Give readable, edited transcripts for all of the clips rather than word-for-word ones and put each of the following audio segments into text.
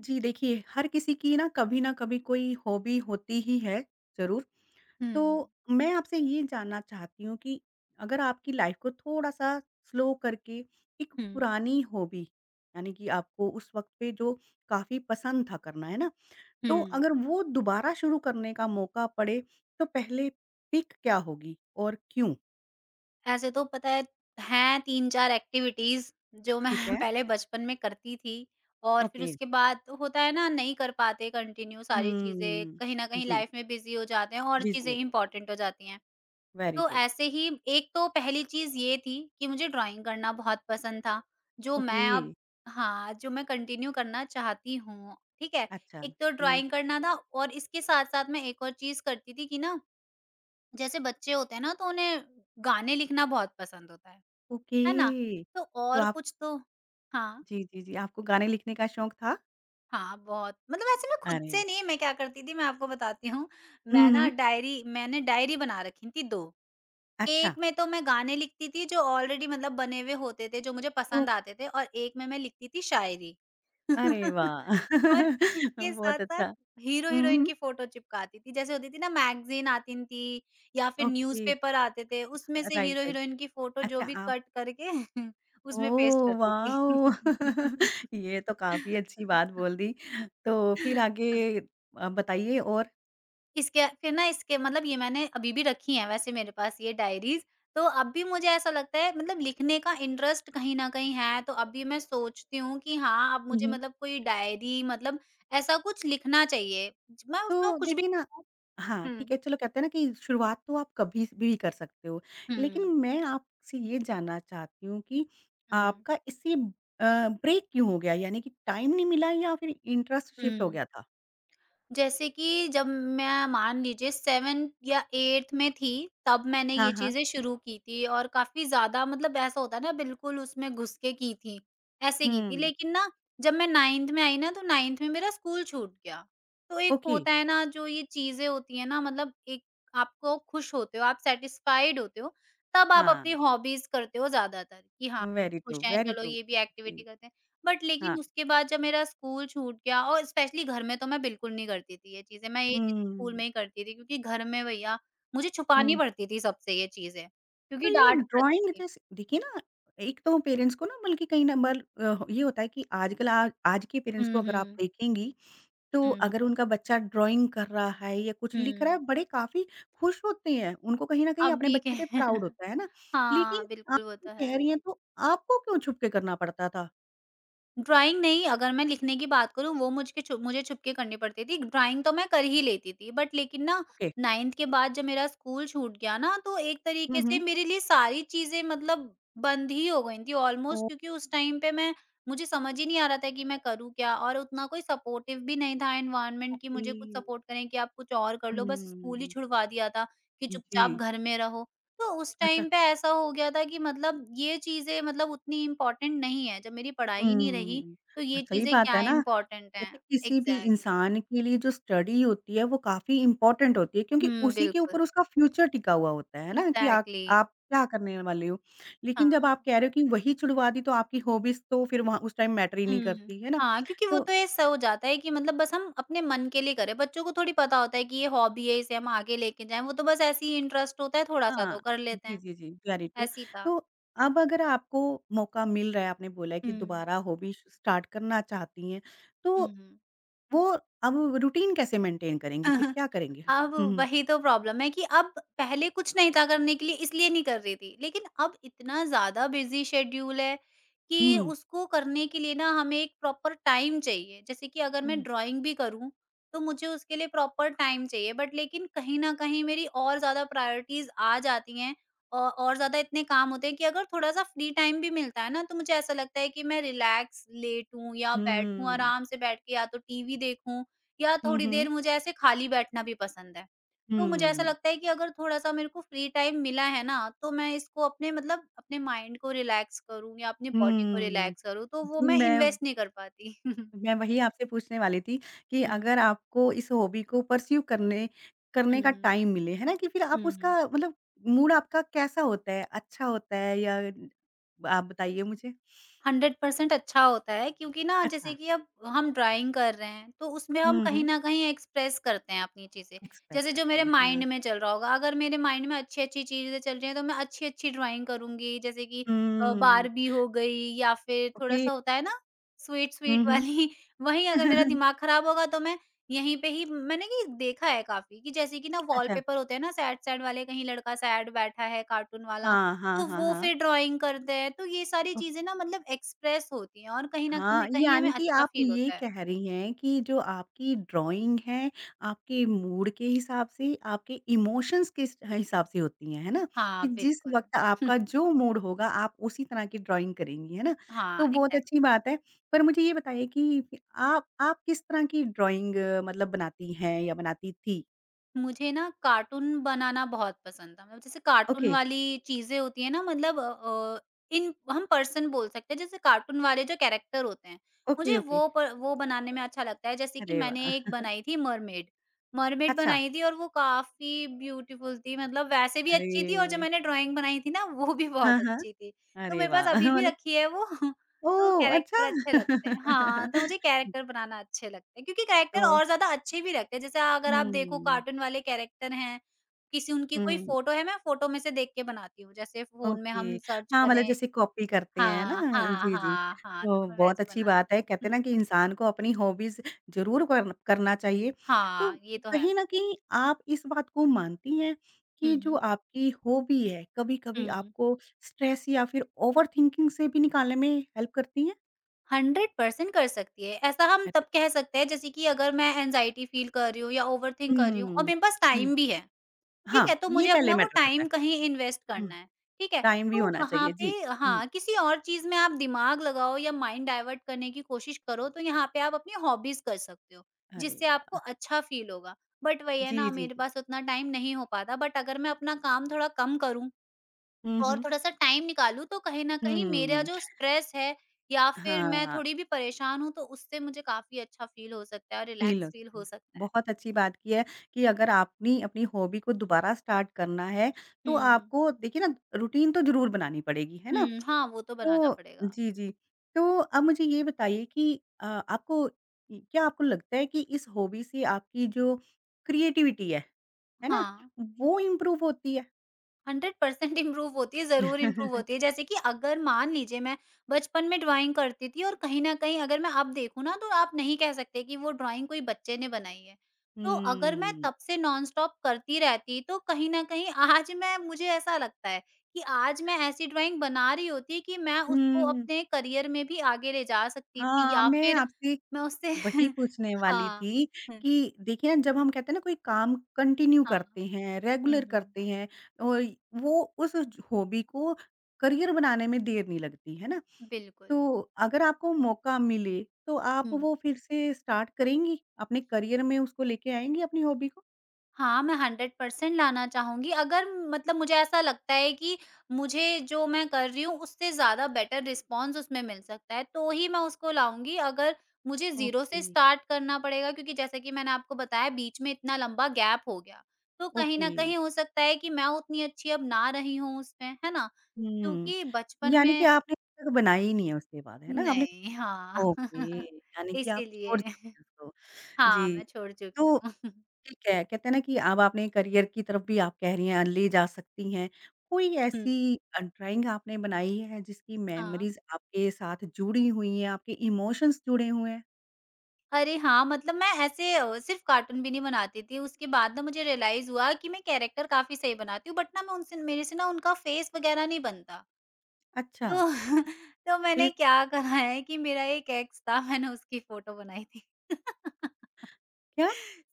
जी देखिए, हर किसी की ना कभी कोई हॉबी होती ही है, ज़रूर। हुँ, तो मैं आपसे ये जानना चाहती हूँ कि अगर आपकी लाइफ़ को थोड़ा-सा स्लो करके एक हुँ, पुरानी हॉबी, यानी कि आपको उस वक़्त पे जो काफ़ी पसंद था करना, है ना? तो हुँ। अगर वो दोबारा शुरू करने का मौका पड़े, तो पहले पिक क्या होगी और क्यों? ऐसे तो पता है हैं 3-4 एक्टिविटीज़ जो मैं ठीक है? पहले बचपन में करती थी। और फिर ओके। उसके बाद होता है ना, नहीं कर पाते कंटिन्यू सारी चीज़ें, हुँ। कहीं न कहीं जी, लाइफ़ में बिज़ी हो जाते हैं और बिज़ी चीज़ें है। इम्पोर्टेंट हो जाती हैं। वेरी तो ट्रू। ऐसे ही एक तो पहली चीज़ ये थी कि मुझे ड्राइंग करना बहुत पसंद था, जो ओके, मैं अब हाँ, जो मैं कंटिन्यू करना चाहती हूँ, ठीक है? अच्छा। एक तो हुँ। ड्राइंग करना था, और इसके साथ-साथ मैं एक और चीज़ करती थी कि ना, जैसे बच्चे होते हैं ना, तो उन्हें गाने लिखना बहुत पसंद होता ओके, है ना? तो तो और आप कुछ तो हाँ, जी, जी, जी, आपको गाने लिखने का शौक था? हाँ, बहुत, मतलब वैसे मैं खुद अरे! से नहीं, मैं क्या करती थी मैं आपको बताती हूँ। हुँ, हुँ। मैंने डायरी बना रखी थी 2। अच्छा। एक में तो मैं गाने लिखती थी जो ऑलरेडी, मतलब बने हुए होते थे, जो मुझे तो पसंद आते थे, और एक में मैं लिखती थी शायरी। अरे वाह! और इसके बहुत साथ-साथ अच्छा। हीरो-हीरोइन हुँ, की फ़ोटो चिपकाती थी। जैसे होती थी ना, मैगज़ीन आती थी या फिर ओके। न्यूज़पेपर आते थे, उसमें से राइट, राइट। हीरो-हीरोइन की फ़ोटो जो अच्छा भी आप कट करके उसमें पेस्ट ओह करती थी। वाओ! ये तो काफ़ी अच्छी बात बोल दी। तो फिर आगे बताइए और? इसके फिर ना, इसके मतलब ये मैंने अभी भी रखी हैं वैसे, मेरे पास ये डायरीज़। तो अब भी मुझे ऐसा लगता है, मतलब लिखने का इंटरेस्ट कहीं न कहीं है, तो अब भी मैं सोचती हूँ कि हाँ, अब मुझे मतलब कोई डायरी, मतलब ऐसा कुछ लिखना चाहिए। ज मैं उसमें तो कुछ भी। देखिए ना हाँ, हुँ, ठीक है चलो कहते हैं ना कि शुरुआत तो आप कभी भी कर सकते हो। लेकिन हुँ, मैं आपसे ये जानना चाहती हूँ कि हुँ, आपका इससे ब्रेक क्यों हो गया? यानी कि टाइम नहीं मिला या फिर इंटरेस्ट शिफ्ट हो हुँ। गया था? जैसे कि जब मैं मान लीजिए 7th या 8th में थी, तब मैंने हाँ, ये हाँ। चीज़ें शुरू की थी, और काफ़ी ज़्यादा, मतलब ऐसा होता है ना, बिल्कुल उसमें घुस के की थी, ऐसे की थी। हुँ, लेकिन ना, जब मैं 9th में आई ना, तो 9th में मेरा स्कूल छूट गया। तो एक ओके। होता है ना, जो ये चीज़ें होती हैं ना, मतलब एक, आपको खुश होते हो, आप सैटिस्फाइड होते हो, तब आप हाँ, अपनी हॉबीज़ करते हो ज़्यादातर, कि हाँ, वेरी ट्रू, खुश हैं वेरी चलो ट्रू। ये भी जी, एक्टिविटी करते हैं। बट हाँ। लेकिन उसके बाद जब मेरा स्कूल छूट गया, और स्पेशली घर में तो मैं बिल्कुल नहीं करती थी ये चीज़ें, मैं ये चीज़ें स्कूल हुँ, में ही करती थी क्योंकि घर में भैया, मुझे छुपानी हुँ। पड़ती थी सबसे ये चीज़ें, तो क्योंकि ये डाँट ड्राइंग पड़ती थी। जैसे देखिए ना एक तो पेरेंट्स को ना बल्कि कहीं ना ये होता है कि आजकल आज आज के पेरेंट्स को हुँ, अगर आप हुँ, देखेंगी तो हुँ, अगर उनका बच्चा ड्राइंग कर रहा है या कुछ लिख रहा है, हुँ। बड़े काफ़ी खुश होते हैं। उनको कहीं न कहीं अब अपने भी क बच्चे पे प्राउड होता है ना? लेकिन हाँ, आप बिल्कुल वो जो तो है। कह रही हैं तो आपको क्यों छुप के करना पड़ता था? ड्राइंग नहीं, अगर मैं लिखने की बात करूँ, वो मुझके छु मुझे छुपके करनी पड़ती थी। ड्राइंग तो मैं कर ही लेती थी, बट लेकिन ना, ओके। 9th के बाद जब मेरा स्कूल छूट गया ना, तो एक हुँ, तरीके से हुँ। मेरे लिए सारी चीज़ें, मतलब बंद ही हो गई थी ऑलमोस्ट, ओह! क्योंकि उस टाइम पे मैं मुझे समझ ही नहीं आ रहा था कि मैं करूँ क्या? और उतना कोई सपोर्टिव भी नहीं था एनवायरनमेंट, कि ओके। मुझे कुछ सपोर्ट करें कि आप कुछ और कर लो, बस स्कूल ही हुँ। छुड़वा दिया था कि जी। चुपचाप घर में रहो। तो उस अच्छा। टाइम पे ऐसा हो गया था कि मतलब ये चीज़ें मतलब उतनी इम्पोर्टेंट नहीं है, जब मेरी पढ़ाई ही नहीं रही, हुँ। तो ये सही चीज़ें बात क्या है ना। इम्पोर्टेंट हैं। कहते हैं, किसी भी एग्ज़ैक्टली। इंसान के लिए जो स्टडी होती है वो काफ़ी इम्पोर्टेंट होती है क्योंकि हुँ, उसी के बिल्कुल। ऊपर उसका फ्यूचर टिका हुआ होता है ना कि एग्ज़ैक्टली। आप क्या करने वाले हो। हाँ, लेकिन जब आप कह रहे हो कि वही छुड़वा दी तो आपकी हॉबीज़ तो फिर वहाँ उस टाइम मैटर ही नहीं हुँ। करती, है ना? हाँ, क्योंकि वो तो तो ऐसा हो जाता है कि मतलब बस हम अपने मन के लिए करें, बच्चों को थोड़ी पता होता है कि ये हॉबी है, इसे हम आगे लेके जाएँ, वो तो बस ऐसे ही इंटरेस्ट होता है थोड़ा-सा, तो हाँ, कर लेते जी, हैं, जी, जी, वेरी ट्रू। ऐसे ही था। तो अब अगर आपको मौका मिल रहा है, आपने बोला है कि हुँ, दोबारा हॉबी स्टार्ट करना चाहती हैं, तो हुँ। वो अब रूटीन कैसे मेंटेन करेंगी? फिर क्या करेंगी? अब हुँ, हुँ। वही तो प्रॉब्लम है कि अब पहले कुछ नहीं था करने के लिए, इसलिए नहीं कर रही थी। लेकिन अब इतना ज़्यादा बिज़ी शेड्यूल है कि हुँ, उसको करने के लिए ना, हमें एक प्रॉपर टाइम चाहिए। जैसे कि अगर मैं हुँ। ड्राइंग भी करूँ, तो मुझे उसके लिए प्रॉपर टाइम चाहिए, बट लेकिन कहीं न कहीं मेरी और ज़्यादा प्रायोरिटीज़ आ जाती हैं, औ और ज़्यादा इतने काम होते हैं कि अगर थोड़ा-सा फ्री टाइम भी मिलता है ना, तो मुझे ऐसा लगता है कि मैं रिलैक्स लेटूँ या बैठूँ, हुँ। आराम से बैठ के, या तो टीवी देखूँ, या हुँ, थोड़ी हुँ। देर मुझे ऐसे खाली बैठना भी पसंद है। तो मुझे ऐसा हुँ। लगता है कि अगर थोड़ा-सा मेरे को फ्री टाइम मिला है ना, तो मैं इसको अपने, मतलब अपने माइंड को रिलैक्स करूँ या अपनी बॉडी को हुँ। रिलैक्स करूँ, तो वो जी, मैं मैं इन्वेस्ट नहीं कर पाती। मैं वही आपसे पूछने वाली थी कि हुँ, अगर आपको इस हॉबी को परस्यू करने करने का हुँ, टाइम मिले, है ना? कि फिर आप हुँ। उसका मतलब मूड आपका कैसा होता है? अच्छा होता है या आप बताइए मुझे? 100% अच्छा होता है, क्योंकि ना जैसे अच्छा। कि अब हम ड्राइंग कर रहे हैं, तो उसमें हम हुँ, कहीं हुँ। न कहीं एक्सप्रेस करते हैं अपनी चीज़ें। एक्सप्रेस जैसे जो करते मेरे हैं, हाँ। माइंड में चल रहा होगा, अगर मेरे माइंड में अच्छी-अच्छी चीज़ें चल रही हैं तो मैं अच्छी-अच्छी ड्राइंग करूँगी, जैसे कि हुँ। बार्बी हो गई, या फिर ओके। थोड़ा-सा होता है ना हुँ, स्वीट-स्वीट हुँ। वाली। वहीं अगर मेरा दिमाग खराब होगा तो मैं, यहीं पे ही मैंने ये देखा है काफ़ी, कि जैसे कि ना अच्छा। वॉलपेपर होते हैं ना सैड-सैड वाले, कहीं लड़का सैड बैठा है कार्टून वाला, हाँ, हाँ, तो हाँ, वो हाँ। फिर ड्राइंग करते हैं, तो ये सारी चीज़ें ना, मतलब एक्सप्रेस होती हैं, और कहीं न हाँ, कहीं कहीं यानी हमें कि अच्छा आप फ़ील ये होता है। कह रही हैं कि जो आपकी ड्राइंग है, आपके मूड के हिसाब से, आपके इमोशंस के स हिसाब से होती हैं, है ना? हाँ, कि जिस बिल्कुल। वक़्त आपका जो मूड होगा, आप उसी तरह की ड्राइंग करेंगी, है ना? हाँ, तो बहुत अच्छी एग्ज़ैक्टली। बात है, पर मुझे ये बताइए कि फ़ि आप किस तरह की ड्राइंग मतलब बनाती हैं या बनाती थी? मुझे ना कार्टून बनाना बहुत पसंद था। मतलब जैसे कार्टून ओके, वाली चीज़ें होती हैं ना, मतलब इन हम पर्सन बोल सकते हैं, जैसे कार्टून वाले जो कैरेक्टर होते हैं, ओके, मुझे ओके। वो बनाने में अच्छा लगता है। जैसे कि अरे मैंने एक वाह! बनाई थी मरमेड। मरमेड अच्छा, बनाई थी और वो काफ़ी ब्यूटीफुल थी, मतलब वैसे भी अच्छी थी, और जो अरे! मैंने ड्राइंग बनाई थी ना, वो भी हाँ, बहुत हाँ। अच्छी थी। तो अरे मेरे पास वाह! अभी भी मतलब रखी है वो। तो ओह! अच्छा। कैरेक्टर अच्छे लगते हैं। हाँ, तो मुझे कैरेक्टर बनाना अच्छे लगते हैं, क्योंकि कैरेक्टर तो और ज़्यादा अच्छे भी लगते हैं। जैसे अगर आप देखो हुँ। कार्टून वाले कैरेक्टर हैं, किसी उनकी कोई हुँ, फ़ोटो है, मैं फ़ोटो में से देख के बनाती हूँ। जैसे फ़ोन में ओके। हम सर्च हाँ, मतलब करें, जैसे कॉपी करते हैं ना? हाँ, हाँ, जी, जी। हाँ, हाँ, तो तो मैं बहुत वैसे ही अच्छी बनाती बात है, हूँ। कहते हैं ना कि इंसान को अपनी हॉबीज़ ज़रूर कर करना चाहिए। तो हाँ, ये तो है। कहीं न कहीं आप इस बात को मानती हैं कि जो हुँ, आपकी हॉबी है, कभी-कभी हुँ। आपको स्ट्रेस या फिर ओवरथिंकिंग से भी निकालने में हेल्प करती हैं? 100% कर सकती है। ऐसा हम तब अरे! कह सकते हैं, जैसे कि अगर मैं एंग्ज़ायटी फ़ील कर रही हूँ या ओवरथिंक कर रही हूँ, और हुँ, मेरे पास हुँ। टाइम भी है। ठीक हाँ, है, तो ये मुझे पहले अपना वो मैटर करता टाइम है। कहीं इन्वेस्ट हुँ, करना है, ठीक है? टाइम भी तो होना वहाँ चाहिए। पे, जी। हुँ, हाँ, किसी और चीज़ में आप दिमाग लगाओ, या माइंड डाइवर्ट करने की कोशिश करो, तो यहाँ पे आप अपनी हॉबीज़ कर सकते हो, अरे जिससे आपको वाह! अच्छा फ़ील होगा। बट वही है जी, ना, जी, मेरे जी। पास उतना टाइम नहीं हो पाता, बट अगर मैं अपना काम थोड़ा कम करूँ हुँ, और हुँ। थोड़ा-सा टाइम निकालूँ, तो कहीं न कहीं मेरा हुँ। जो स्ट्रेस है या फिर मैं हाँ, थोड़ी भी परेशान हूँ, तो उससे मुझे काफ़ी अच्छा फ़ील हो सकता है और फ़ील रिलैक्स हो फ़ील सकती है। हो सकता है। बहुत अच्छी बात की है कि अगर आपने अपनी हॉबी को दोबारा स्टार्ट करना है, तो हुँ। आपको देखिए ना रूटीन तो ज़रूर बनानी पड़ेगी, है ना? हुँ, हाँ, वो तो बनाना तो पड़ेगा। जी, जी। तो अब मुझे ये बताइए कि आपको क्या आपको लगता है कि इस हॉबी से आपकी जो क्रिएटिविटी है ना? हाँ। वो इम्प्रूव होती है? 100% इम्प्रूव होती है, ज़रूर इम्प्रूव होती है। जैसे कि अगर मान लीजिए मैं बचपन में ड्राइंग करती थी, और कहीं न कहीं अगर मैं अब देखूँ ना, तो आप नहीं कह सकते कि वो ड्राइंग कोई बच्चे ने बनाई है। तो अगर मैं हुँ। तब से नॉनस्टॉप करती रहती तो कहीं न कहीं आज मैं मुझे ऐसा लगता है कि आज मैं ऐसी ड्राइंग बना रही होती कि मैं उसको हुँ। अपने करियर में भी आगे ले जा सकती थी, हाँ, या मैं फिर आपसे मैं उससे वही पूछने वाली हाँ। थी हुँ, कि देखिए ना जब हम कहते हैं ना कोई काम कंटिन्यू हाँ। करते हैं, हुँ, रेगुलर हुँ। करते हैं और वो उस हॉबी को करियर बनाने में देर नहीं लगती, है ना? बिल्कुल। तो अगर आपको मौका मिले, तो आप हुँ। वो फिर से स्टार्ट करेंगी? अपने करियर में उसको लेके आएँगी अपनी हॉबी को? हाँ, मैं 100% लाना चाहूँगी। अगर, मतलब मुझे ऐसा लगता है कि मुझे जो मैं कर रही हूँ उससे ज़्यादा बेटर रिस्पॉन्स उसमें मिल सकता है, तो ही मैं उसको लाऊँगी। अगर मुझे ज़ीरो ओके, से स्टार्ट करना पड़ेगा, क्योंकि जैसे कि मैंने आपको बताया, बीच में इतना लंबा गैप हो गया। तो कहीं ओके। न कहीं हो सकता है कि मैं उतनी अच्छी अब ना रही हूँ उसमें, है ना? हुँ, क्योंकि बचपन यानी कि में आपने अब तक बनाई ही नहीं है उसके बाद, है ना? आपने नहीं, हाँ। ओके, यानी कि आप छोड़ चुकी इसीलिए हैं उसको। हाँ, जी, मैं छोड़ तो चुकी हूँ। ठीक है, कहते हैं ना कि अब आपने करियर की तरफ भी आप कह रही हैं, ले जा सकती हैं। कोई हुँ, ऐसी ड्राइंग आपने बनाई है जिसकी हाँ। मेमोरीज़ आपके साथ जुड़ी हुई हैं, आपके इमोशंस जुड़े हुए हैं? अरे हाँ, मतलब मैं ऐसे सिर्फ़ कार्टून भी नहीं बनाती थी, उसके बाद ना मुझे रियलाइज़ हुआ कि मैं कैरेक्टर काफ़ी सही बनाती हूँ बट ना मैं उनसे मेरे से ना उनका फ़ेस वग़ैरह नहीं बनता। अच्छा, तो तो मैंने फिर? क्या करा है कि मेरा एक एक्स था मैंने उसकी फ़ोटो बनाई थी। क्या?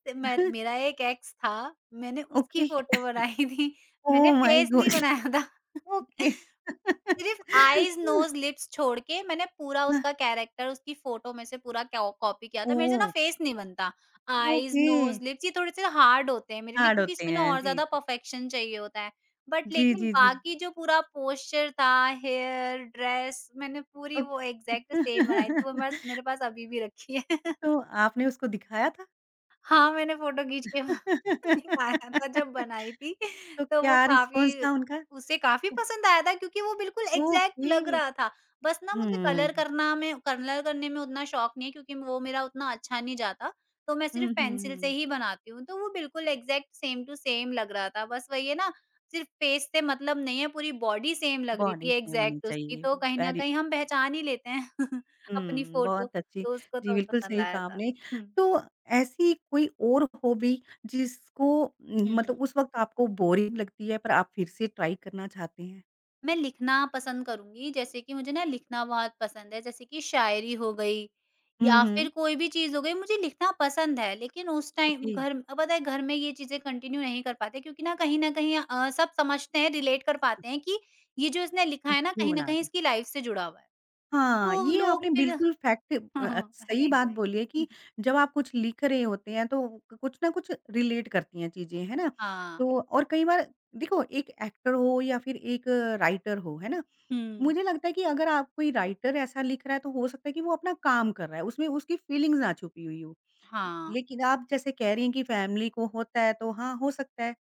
तो मेर मेरा एक एक्स था, मैंने उसकी ओके, फ़ोटो बनाई थी, मैंने ओह माय फ़ेस नहीं गॉड! बनाया था। ओके। सिर्फ़ आइज़, नोज़, लिप्स छोड़ के मैंने पूरा अ, उसका कैरेक्टर उसकी फ़ोटो में से पूरा क्यो कॉपी किया था। मेरे से ना ओह! फ़ेस नहीं बनता। आइज़, ओके, नोज़, लिप्स ये थोड़े-से हार्ड होते हैं मेरे लिए हार्ड क्योंकि होते इसमें ना हैं। और जी, ज़्यादा जी। परफ़ेक्शन चाहिए होता है। बट जी, लेकिन जी, जी, जी। बाकी जो पूरा पोस्चर था, हेयर, ड्रेस मैंने पूरी वो ओके। एग्ज़ैक्ट सेम बनाई थी। वो बस मेरे पास अभी भी रखी है। तो आपने उसको दिखाया था? हाँ, मैंने फ़ोटो खींच के दिखाया था जब बनाई थी तो तो वो क्या रिस्पॉन्स काफ़ी था उनका? उसे काफ़ी पसंद आया था क्योंकि वो बिल्कुल एग्ज़ैक्ट लग ओके। रहा था। बस ना हुँ, मुझे हुँ, कलर करने में उतना शौक नहीं है क्योंकि वो मेरा उतना अच्छा नहीं जाता। तो मैं सिर्फ़ हुँ, पेंसिल से हुँ। ही बनाती हूँ, तो वो बिल्कुल एग्ज़ैक्ट सेम टू सेम लग रहा था। बस वही है ना, सिर्फ़ फेस से मतलब नहीं है, पूरी बॉडी सेम लग रही बॉडी थी सेम होनी एग्ज़ैक्ट उसकी, चाहिए। तो कहीं न वेरी कहीं हम पहचान ही लेते हैं अपनी हुँ, फ़ोटो, बहुत अच्छी तो उसको जी, तो बिल्कुल पसंद सही आया कहा था। आपने। हुँ। तो ऐसी कोई और हॉबी जिसको हुँ। मतलब उस वक़्त आपको बोरिंग लगती है पर आप फिर से ट्राई करना चाहते हैं? मैं लिखना पसंद करूँगी, जैसे कि मुझे ना लिखना बहुत पसंद है, जैसे कि शायरी हो गई हुँ, या हुँ। फिर कोई भी चीज़ हो गई, मुझे लिखना पसंद है। लेकिन उस टाइम ओके। घर पता है घर में ये चीज़ें कंटिन्यू नहीं कर पाते क्योंकि ना कहीं न कहीं सब समझते हैं, रिलेट कर पाते हैं कि ये जो इसने लिखा मैं है ना, क्यों कहीं न बना कहीं रही इसकी लाइफ़ से जुड़ा हुआ है। हाँ, तो ये लोग आपने फिर बिल्कुल फैक्ट हाँ, हाँ, सही बात बोली है एग्ज़ैक्टली। कि जब आप कुछ लिख रहे होते हैं तो कुछ ना कुछ रिलेट करती हैं चीज़ें, है ना? हाँ। तो और कई बार देखो एक एक्टर हो या फिर एक राइटर हो, है ना? हुँ, मुझे लगता है कि अगर आप कोई राइटर ऐसा लिख रहा है तो हो सकता है कि वो अपना काम कर रहा है, उसमें उसकी फीलिंग्स ना छुपी हुई हो। हाँ। लेकिन आप जैसे कह रही हैं कि फैमिली को होता है तो हाँ, हो सकता है।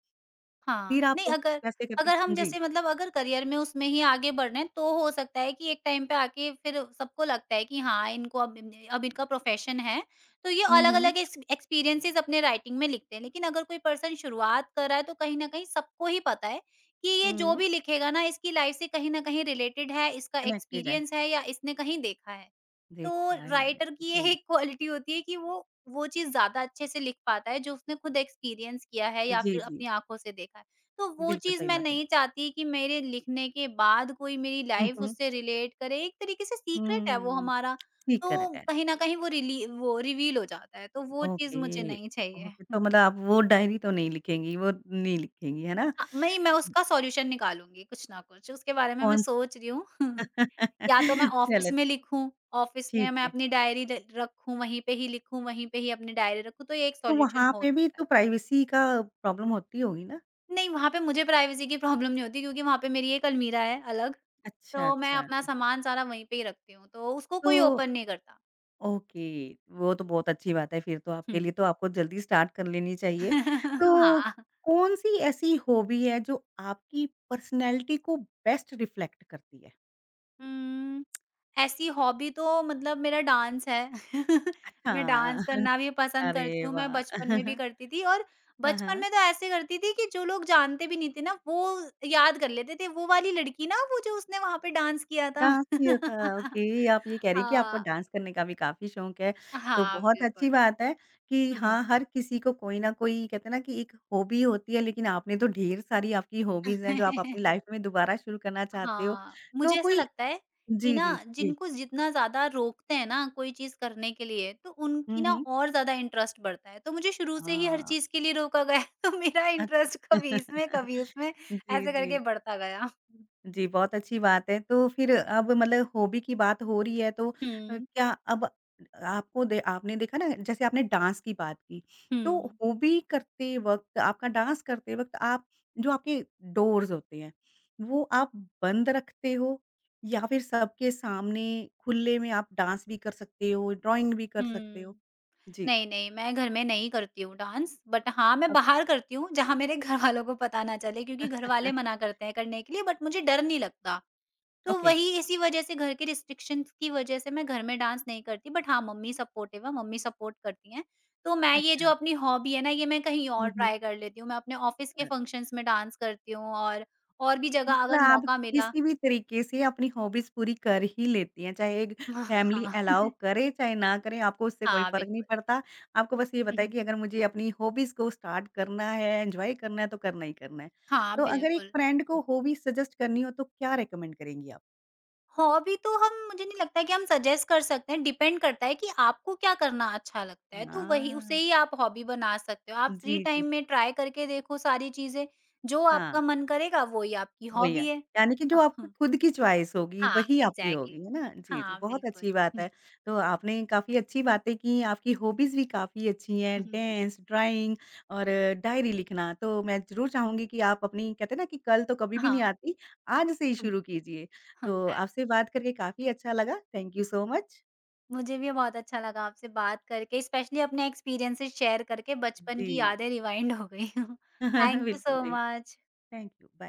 हाँ, फिर आप नहीं अगर कैसे करते अगर हम हैं? जी। जैसे मतलब अगर करियर में उसमें ही आगे बढ़ रहे हैं, तो हो सकता है कि एक टाइम पे आके फिर सबको लगता है कि हाँ, इनको अब इनका प्रोफ़ेशन है, तो ये हुँ, हुँ। अलग-अलग एक्सपीरियंसेस अपने राइटिंग में लिखते हैं। लेकिन अगर कोई पर्सन शुरुआत कर रहा है, तो कहीं न कहीं सबको ही पता है कि ये जो हुँ, भी लिखेगा ना, इसकी लाइफ़ से कहीं न कहीं रिलेटेड है, इसका कनेक्टेड है। एक्सपीरियंस है या इसने कहीं देखा है। तो देखा है। राइटर की ये जी। एक क्वालिटी होती है कि वो चीज़ ज़्यादा अच्छे से लिख पाता है जो उसने खुद एक्सपीरियंस किया है या जी, फिर जी। अपनी आँखों से देखा है। तो वो बिल्कुल चीज़ सही मैं बात है। नहीं चाहती कि मेरे लिखने के बाद कोई मेरी हुँ, लाइफ़ हुँ। उससे रिलेट करे, एक तरीके से सीक्रेट है वो हुँ, हमारा, ठीक करंट तो है। कहीं न कहीं वो रिवील हो जाता है, तो वो चीज़ ओके, मुझे नहीं चाहिए। ओके तो मतलब आप वो डायरी तो नहीं लिखेंगी, वो नहीं लिखेंगी, है ना? हाँ, नहीं मैं उसका सॉल्यूशन निकालूँगी कुछ ना कुछ, उसके बारे में मैं कौन सोच रही हूँ। या तो मैं चलो ऑफ़िस में लिखूँ, ऑफ़िस में ठीक मैं है। अपनी डायरी र रखूँ, वहीं पे ही लिखूँ, वहीं पे ही अपनी डायरी रखूँ, तो ये एक तो वहाँ सॉल्यूशन हो पे भी सकता है। तो प्राइवेसी का प्रॉब्लम होती होगी ना? नहीं, वहाँ पे मुझे प्राइवेसी की प्रॉब्लम नहीं होती क्योंकि वहाँ पे मेरी एक अलमीरा है अलग, अच्छा, तो मैं अच्छा। अपना सामान सारा वहीं पे ही रखती हूँ, तो उसको कोई तो ओपन नहीं करता। ओके, वो तो बहुत अच्छी बात है फिर तो आपके हुँ। लिए तो आपको जल्दी स्टार्ट कर लेनी चाहिए। तो हाँ। कौन-सी ऐसी हॉबी है जो आपकी पर्सनैलिटी को बेस्ट रिफ्लेक्ट करती है? उम, ऐसी हॉबी तो मतलब मेरा डांस है। अच्छा। मैं डांस करना भी पसंद अरे करती हूँ, मैं वाह! बचपन में भी करती थी और हाँ, बचपन हाँ। में तो ऐसे करती थी कि जो लोग जानते भी नहीं थे ना, वो याद कर लेते थे, वो वाली लड़की ना वो जो उसने वहाँ पे डांस किया था। डांस भी होता है, ओके। आप ये कह रही हैं कि आपको हाँ, डांस करने का भी काफ़ी शौक है, तो हाँ, बहुत बिल्कुल। अच्छी बात है कि हुँ, हाँ, हर किसी को कोई ना कोई कहते हैं ना कि एक हॉबी होती है, लेकिन आपने तो ढेर सारी आपकी हॉबीज़ हैं, जो आप हुँ। अपनी लाइफ़ में दोबारा शुरू करना चाहते हो। हाँ, तो मुझे ऐसा कोई लगता है कि जी, ना जी, जी। जिनको जितना ज़्यादा रोकते हैं ना कोई चीज़ करने के लिए, तो उनकी हुँ, ना हुँ। और ज़्यादा इंटरेस्ट बढ़ता है। तो मुझे शुरू से ही हर हाँ, चीज़ के लिए रोका गया तो मेरा इंटरेस्ट अच्छा। कभी इसमें, कभी उसमें जी, ऐसे जी। करके बढ़ता गया। जी, बहुत अच्छी बात है। तो फिर अब मतलब हॉबी की बात हो रही है तो हुँ, क्या अब आपको दे आपने देखा ना जैसे आपने डांस की बात की, तो हुँ, हॉबी करते वक़्त आपका डांस करते वक़्त आप जो आपके डोर्स होते हैं, वो आप बंद रखते हो या फिर सबके सामने खुले में आप डांस भी कर सकते हो, ड्राइंग भी कर सकते हो? हुँ। जी। नहीं, नहीं, मैं घर में नहीं करती हूँ डांस, बट हाँ, मैं बाहर करती हूँ जहाँ मेरे घरवालों को पता ना चले क्योंकि घरवाले अ मना करते हैं करने के लिए बट मुझे डर नहीं लगता। तो ओके, वही इसी वजह से घर के रिस्ट्रिक्शंस की वजह से मैं घर में डांस नहीं करती बट हाँ, मम्मी सपोर्टिव है, मम्मी सपोर्ट करती हैं। तो मैं ये जो अच्छा। अपनी हॉबी है ना, ये मैं कहीं हुँ, और हुँ। ट्राई कर लेती हूँ। मैं अपने ऑफ़िस अ के फंक्शंस में डांस करती हूँ और भी जगह मतलब अगर आप मौका मिला किसी भी तरीके से अपनी हॉबीज़ पूरी कर ही लेती हैं, चाहे एक हाँ, फैमिली हाँ। अलाउ करे, चाहे ना करे, आपको उससे कोई हाँ, फ़र्क नहीं बिल्कुल। पड़ता। आपको बस ये बताइए कि अगर मुझे अपनी हॉबीज़ को स्टार्ट करना है, एन्जॉय करना है, तो करना ही करना है। हाँ, तो अगर एक बिल्कुल। फ्रेंड को हॉबी सजेस्ट करनी हो, तो क्या रिकमेंड करेंगी आप? हॉबी तो हम मुझे नहीं लगता है कि हम सजेस्ट कर सकते हैं, डिपेंड करता है कि आपको क्या करना अच्छा लगता है, तो वही हाँ। उसे ही आप हॉबी बना सकते हो। आप फ्री जी, जी। टाइम में ट्राई करके देखो सारी चीज़ें, जो हाँ। आपका मन करेगा वो ही आपकी वही हॉबी है। है। यानी कि जो आपकी खुद की चॉइस होगी, हाँ, वही आपकी होगी, एग्ज़ैक्टली। है ना? जी, जी, हाँ, बहुत बिल्कुल। अच्छी बात है। तो आपने काफ़ी अच्छी बातें की, आपकी हॉबीज़ भी काफ़ी अच्छी हैं, हुँ। डांस, ड्राइंग और डायरी लिखना। तो मैं ज़रूर चाहूँगी कि आप अपनी कहते हैं ना कि कल तो कभी भी नहीं हाँ। आती, आज से ही हुँ, शुरू कीजिए। हाँ, तो हाँ। आपसे बात करके काफ़ी अच्छा लगा। Thank you so much. मुझे भी बहुत अच्छा लगा आपसे बात करके, स्पेशली अपने एक्सपीरियंसेस शेयर करके बचपन की जी। यादें रिवाइंड हो गई। थैंक यू बिल्कुल, सो जी। मच। Thank you, bye.